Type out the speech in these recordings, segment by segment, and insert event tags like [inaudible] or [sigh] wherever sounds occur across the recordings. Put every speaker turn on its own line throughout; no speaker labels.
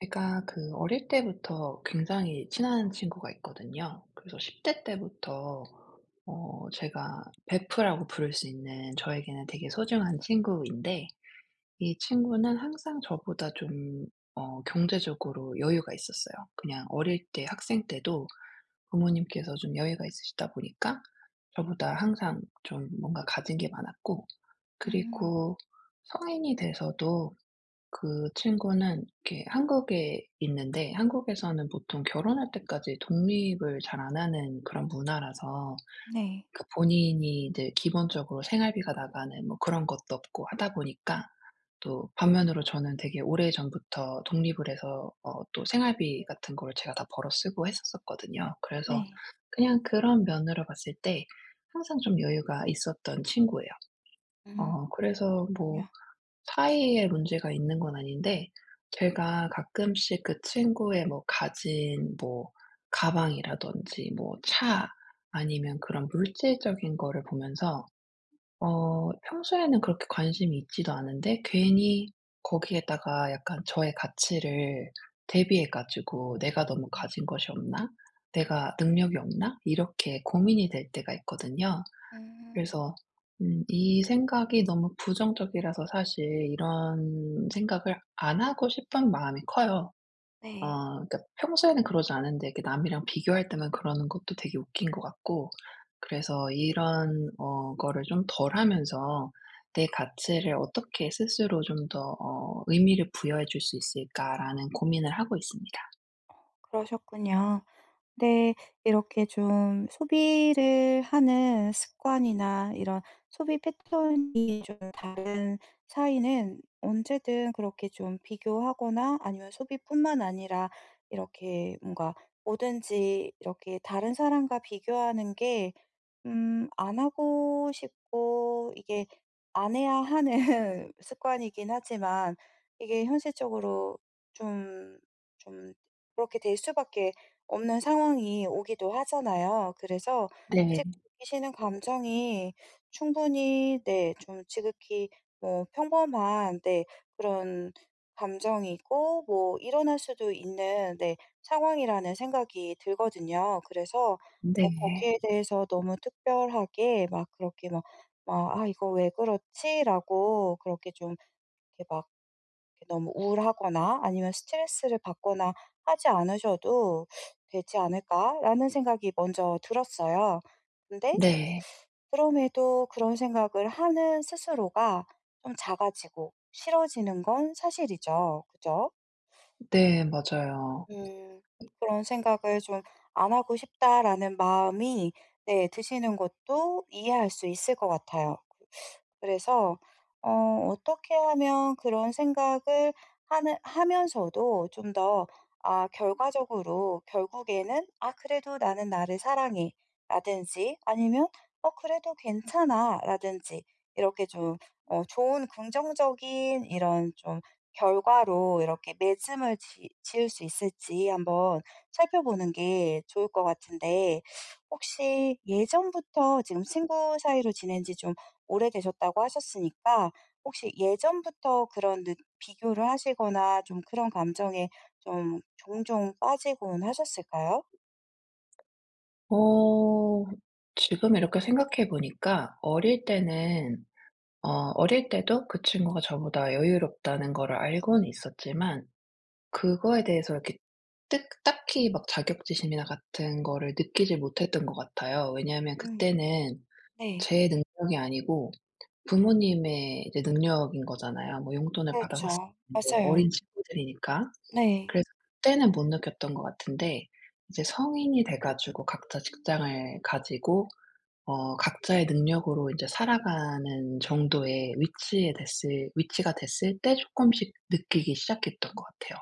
제가 그 어릴 때부터 굉장히 친한 친구가 있거든요. 그래서 10대 때부터 제가 베프라고 부를 수 있는 저에게는 되게 소중한 친구인데 이 친구는 항상 저보다 좀 경제적으로 여유가 있었어요. 그냥 어릴 때 학생 때도 부모님께서 좀 여유가 있으시다 보니까 저보다 항상 좀 뭔가 가진 게 많았고,
음.
그리고 성인이 돼서도 그 친구는 이렇게 한국에 있는데, 한국에서는 보통 결혼할 때까지 독립을 잘 안 하는 그런 문화라서
네.
그 본인이 이제 기본적으로 생활비가 나가는 뭐 그런 것도 없고 하다 보니까. 또 반면으로 저는 되게 오래전부터 독립을 해서 또 생활비 같은 거를 제가 다 벌어 쓰고 했었었거든요 그래서
네.
그냥 그런 면으로 봤을 때 항상 좀 여유가 있었던 친구예요.
음.
그래서 뭐
그냥,
사이에 문제가 있는 건 아닌데 제가 가끔씩 그 친구의 뭐 가진 뭐 가방이라든지 뭐 차 아니면 그런 물질적인 거를 보면서, 평소에는 그렇게 관심이 있지도 않은데 괜히 거기에다가 약간 저의 가치를 대비해 가지고 '내가 너무 가진 것이 없나? 내가 능력이 없나?' 이렇게 고민이 될 때가 있거든요.
음.
그래서 이 생각이 너무 부정적이라서 사실 이런 생각을 안 하고 싶은 마음이 커요. 어
네.
그러니까 평소에는 그러지 않은데 이렇게 남이랑 비교할 때만 그러는 것도 되게 웃긴 것 같고, 그래서 이런 거를 좀 덜 하면서 '내 가치를 어떻게 스스로 좀 더 의미를 부여해 줄 수 있을까.'라는 고민을 하고 있습니다.
그러셨군요. 네. 이렇게 좀 소비를 하는 습관이나 이런 소비 패턴이 좀 다른 사이는 언제든 그렇게 좀 비교하거나 아니면 소비뿐만 아니라 이렇게 뭔가 뭐든지 이렇게 다른 사람과 비교하는 게 음 안 하고 싶고 이게 안 해야 하는 [laughs] 습관이긴 하지만 이게 현실적으로 좀 좀 그렇게 될 수밖에 없는 상황이 오기도 하잖아요. 그래서
네.
지금 느끼시는 감정이 충분히 네 좀 지극히 뭐 평범한 네 그런 감정이고 뭐 일어날 수도 있는 네 상황이라는 생각이 들거든요. 그래서
네.
뭐
네.
거기에 대해서 너무 특별하게 막 그렇게 막 '아 이거 왜 그렇지?'라고 그렇게 좀 이렇게 막 너무 우울하거나 아니면 스트레스를 받거나 하지 않으셔도 되지 않을까라는 생각이 먼저 들었어요. 근데
네.
그럼에도 그런 생각을 하는 스스로가 좀 작아지고 싫어지는 건 사실이죠. 그죠?
네. 맞아요.
음. 그런 생각을 좀 '안 하고 싶다.'라는 마음이 네 드시는 것도 이해할 수 있을 것 같아요. 그래서 어떻게 하면 그런 생각을 하는 하면서도 좀 더 아 결과적으로 결국에는 '아 그래도 나는 나를 사랑해.'라든지 아니면 '어 그래도 괜찮아.'라든지 이렇게 좀 어 좋은 긍정적인 이런 좀 결과로 이렇게 맺음을 지 지을 수 있을지 한번 살펴보는 게 좋을 것 같은데 혹시 예전부터 지금 친구 사이로 지낸 지좀 오래되셨다고 하셨으니까 혹시 예전부터 그런 느 비교를 하시거나 좀 그런 감정에 좀 종종 빠지곤 하셨을까요?
어 지금 이렇게 생각해 보니까 어릴 때는 어 어릴 때도 그 친구가 저보다 여유롭다는 거를 알고는 있었지만, 그거에 대해서 이렇게 뜩 딱히 막 자격지심이나 같은 거를 느끼지 못했던 것 같아요. 왜냐하면
음.
그때는
네.
제 능력이 아니고 부모님의 이제 능력인 거잖아요. 뭐 용돈을 받아서
그렇죠.
쓰는데
맞아요.
어린 친구들이니까.
네.
그래서 그때는 못 느꼈던 것 같은데, 이제 성인이 돼 가지고 각자 직장을 가지고 각자의 능력으로 인제 살아가는 정도의 위치에 됐을 위치가 됐을 때 조금씩 느끼기 시작했던 것 같아요.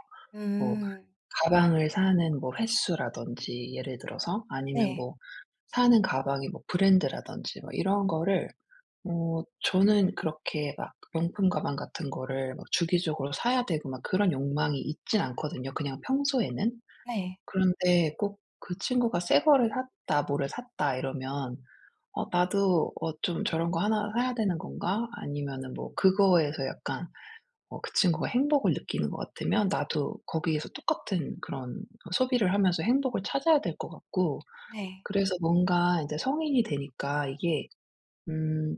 뭐
음.
가방을 사는 뭐 횟수라든지 예를 들어서, 아니면
네.
뭐 사는 가방이 뭐 브랜드라든지 뭐 이런 거를 저는 그렇게 막 명품 가방 같은 거를 막 주기적으로 사야 되고 막 그런 욕망이 있진 않거든요, 그냥 평소에는.
네.
그런데 꼭 그 친구가 새 거를 샀다, 뭐를 샀다 이러면 나도 좀 저런 거 하나 사야 되는 건가?' 아니면은 뭐 그거에서 약간 그 친구가 행복을 느끼는 것 같으면 나도 거기에서 똑같은 그런 소비를 하면서 행복을 찾아야 될 것 같고.
네.
그래서 뭔가 이제 성인이 되니까 이게 음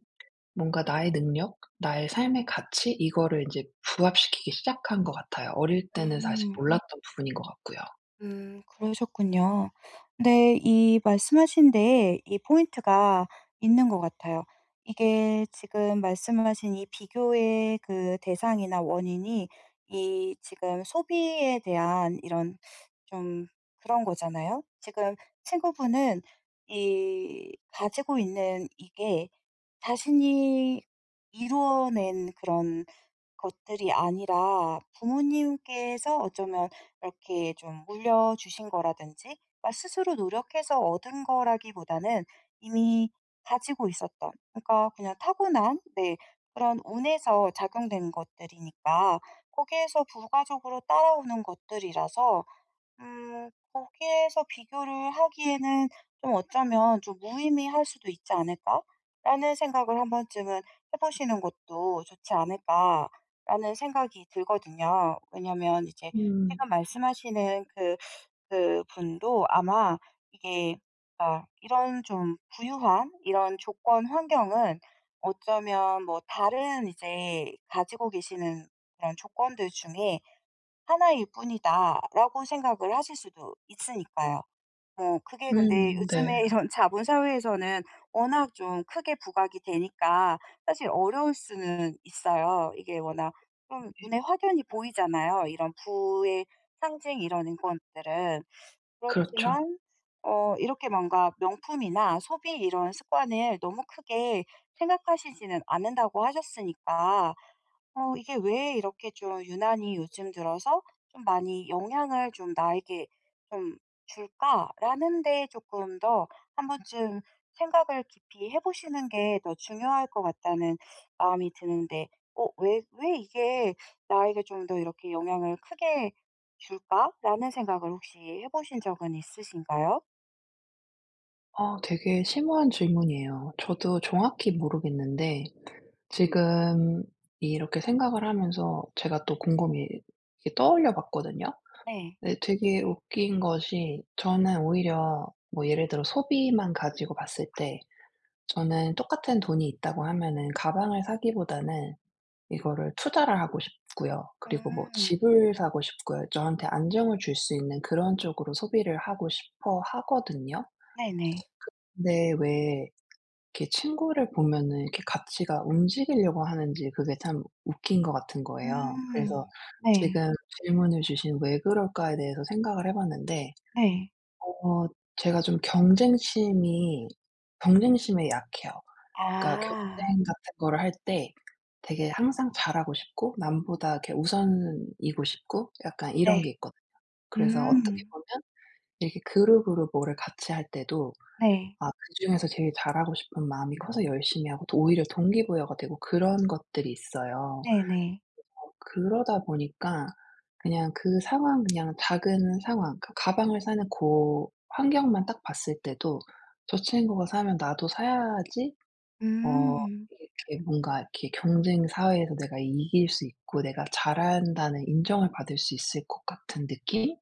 뭔가 나의 능력, 나의 삶의 가치 이거를 인제 부합시키기 시작한 것 같아요. 어릴 때는 사실
음.
몰랐던 부분인 것 같고요.
그러셨군요. 근데 이 말씀하신 데에 이 포인트가 있는 것 같아요. 이게 지금 말씀하신 이 비교의 그 대상이나 원인이 이 지금 소비에 대한 이런 좀 그런 거잖아요. 지금 친구분은 이 가지고 있는 이게 자신이 이루어낸 그런 것들이 아니라 부모님께서 어쩌면 이렇게 좀 물려주신 거라든지 막 스스로 노력해서 얻은 거라기보다는 이미 가지고 있었던 그러니까 그냥 타고난 네 그런 운에서 작용된 것들이니까 거기에서 부가적으로 따라오는 것들이라서 거기에서 비교를 하기에는 좀 어쩌면 '좀 무의미할 수도 있지 않을까?'라는 생각을 한 번쯤은 해 보시는 것도 '좋지 않을까?'라는 생각이 들거든요. 왜냐면 이제
음.
지금 말씀하시는 그 분도 아마 이게 아, 이런 좀 부유한 이런 조건, 환경은 어쩌면 뭐 다른 이제 가지고 계시는 그런 조건들 중에 하나일 뿐이다라고 생각을 하실 수도 있으니까요. 뭐 그게 근데
음. 네.
요즘에 [laughs] 이런 자본 사회에서는 워낙 좀 크게 부각이 되니까 사실 어려울 수는 있어요. 이게 워낙 좀 눈에 확연히 보이잖아요, 이런 부의 상징 이런 인권들은.
그렇죠.
그렇지만 이렇게 뭔가 명품이나 소비 이런 습관을 너무 크게 생각하시지는 않는다고 하셨으니까 이게 왜 이렇게 좀 유난히 요즘 들어서 좀 많이 영향을 좀 나에게 좀 줄까라는 데 조금 더 한 번쯤 생각을 깊이 해 보시는 게 더 중요할 것 같다는 마음이 드는데 어 왜 이게 나에게 좀 더 이렇게 영향을 크게 '줄까?'라는 생각을 혹시 해 보신 적은 있으신가요?
아, 되게 심오한 질문이에요. 저도 정확히 모르겠는데 지금 이렇게 생각을 하면서 제가 또 곰곰이 이렇게 떠올려 봤거든요.
네.
네, 되게 웃긴 것이 저는 오히려 뭐 예를 들어 소비만 가지고 봤을 때 저는 똑같은 돈이 있다고 하면은 가방을 사기보다는 이거를 투자를 하고 싶고요. 그리고 뭐
음.
집을 사고 싶고요. 저한테 안정을 줄 수 있는 그런 쪽으로 소비를 하고 싶어 하거든요.
네네.
근데 왜 이렇게 친구를 보면은 이렇게 가치가 움직이려고 하는지 그게 참 웃긴 것 같은 거예요.
음.
그래서
네.
지금 질문을 주신 "왜 그럴까?"에 대해서 생각을 해 봤는데
네.
어 제가 좀 경쟁심이 경쟁심에 약해요. 그러니까
아.
경쟁 같은 거를 할 때 되게 항상 잘하고 싶고 남보다 이렇게 우선이고 싶고 약간 이런
네.
게 있거든요. 그래서 어떻게
음.
보면 이렇게 그룹으로 뭐를 같이 할 때도
네.
그중에서 제일 잘하고 싶은 마음이 커서 열심히 하고 또 오히려 동기부여가 되고 그런 것들이 있어요.
네네.
그러다 보니까 그냥 그 상황, 그냥 작은 상황, 그 가방을 사는 고 환경만 딱 봤을 때도 '저 친구가 사면 나도 사야지.' 어
음.
이렇게 뭔가 이렇게 경쟁 사회에서 내가 이길 수 있고 내가 잘한다는 인정을 받을 수 있을 것 같은 느낌이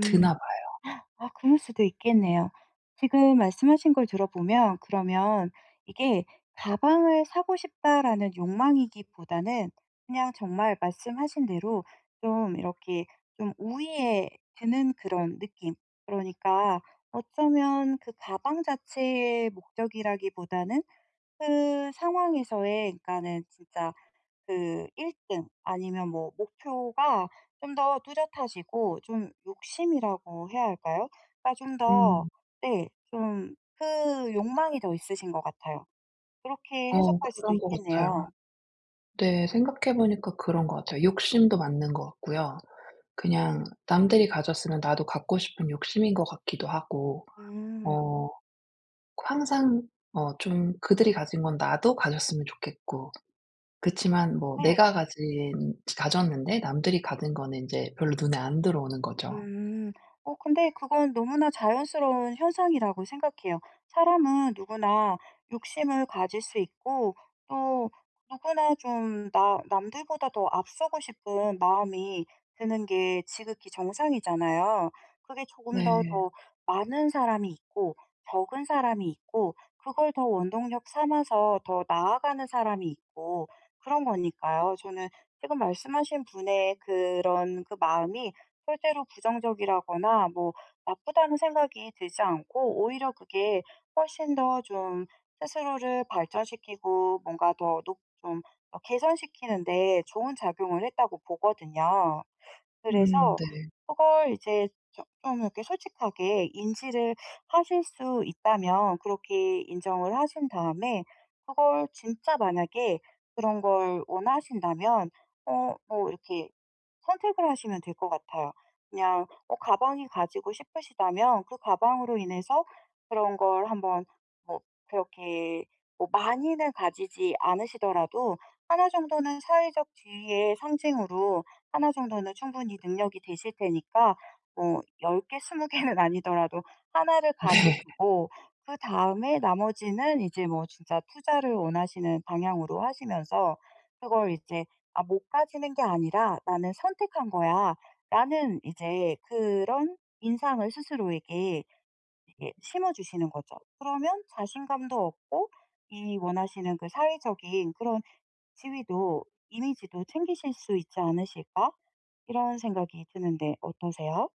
드나 봐요.
아 그럴 수도 있겠네요. 지금 말씀하신 걸 들어보면 그러면 이게 '가방을 사고 싶다.'라는 욕망이기보다는 그냥 정말 말씀하신 대로 좀 이렇게 좀 우위에 드는 그런 느낌. 그러니까 어쩌면 그 가방 자체의 목적이라기보다는 그 상황에서의 그러니까는 진짜 그 1등 아니면 뭐 목표가 좀 더 뚜렷하시고 좀 욕심이라고 해야 할까요? 그러니까 좀 더
음.
네 좀 그 욕망이 더 있으신 것 같아요. 그렇게 해석할 수도
그런 것 같아요.
있겠네요.
네. 생각해 보니까 그런 것 같아요. 욕심도 맞는 것 같고요. 그냥 남들이 가졌으면 나도 갖고 싶은 욕심인 것 같기도 하고
음.
어 항상 좀 그들이 가진 건 나도 가졌으면 좋겠고, 그치만 뭐
네.
내가 가진 가졌는데 남들이 가진 거는 인제 별로 눈에 안 들어오는 거죠.
음. 어 근데 그건 너무나 자연스러운 현상이라고 생각해요. 사람은 누구나 욕심을 가질 수 있고 또 누구나 좀 나 남들보다 더 앞서고 싶은 마음이 드는 게 지극히 정상이잖아요. 그게 조금 더 네.
네.
더 많은 사람이 있고 적은 사람이 있고 그걸 더 원동력 삼아서 더 나아가는 사람이 있고 그런 거니까요. 저는 지금 말씀하신 분의 그런 그 마음이 절대로 부정적이라거나 뭐 나쁘다는 생각이 들지 않고 오히려 그게 훨씬 더 좀 스스로를 발전시키고 뭔가 더 높 좀 어 개선시키는 데 좋은 작용을 했다고 보거든요.
음.
그래서
네.
그걸 이제 저 좀 이렇게 솔직하게 인지를 하실 수 있다면 그렇게 인정을 하신 다음에 그걸 진짜 만약에 그런 걸 원하신다면 뭐 이렇게 선택을 하시면 될 것 같아요. 그냥 어 가방이 가지고 싶으시다면 그 가방으로 인해서 그런 걸 한번 뭐 그렇게 뭐 많이는 가지지 않으시더라도 하나 정도는 사회적 지위의 상징으로 하나 정도는 충분히 능력이 되실 테니까 뭐 10개 20개 개는 [laughs] 아니더라도 하나를
[laughs] 네.
가지시고 그다음에 나머지는 이제 뭐 진짜 투자를 원하시는 방향으로 하시면서 그걸 이제 '아 못 가지는 게 아니라 나는 선택한 거야.'라는 이제 그런 인상을 스스로에게 이렇게 심어 주시는 거죠. 그러면 자신감도 얻고 이 원하시는 그 사회적인 그런 지위도 이미지도 챙기실 수 있지 않으실까?' 이런 생각이 드는데 어떠세요?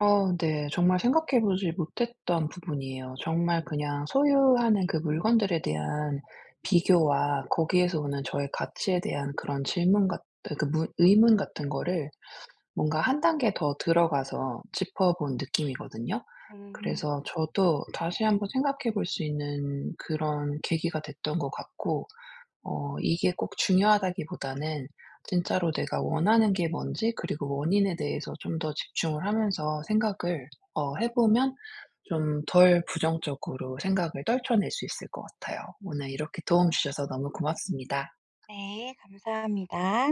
어, 네. 정말 생각해 보지 못했던 부분이에요. 정말 그냥 소유하는 그 물건들에 대한 비교와 거기에서 오는 저의 가치에 대한 그런 질문 같 그 문 의문 같은 거를 뭔가 한 단계 더 들어가서 짚어본 느낌이거든요.
음.
그래서 저도 다시 한번 생각해 볼 수 있는 그런 계기가 됐던 것 같고, 이게 꼭 중요하다기보다는 진짜로 내가 원하는 게 뭔지 그리고 원인에 대해서 좀 더 집중을 하면서 생각을 해 보면 좀 덜 부정적으로 생각을 떨쳐낼 수 있을 것 같아요. 오늘 이렇게 도움 주셔서 너무 고맙습니다.
네. 감사합니다.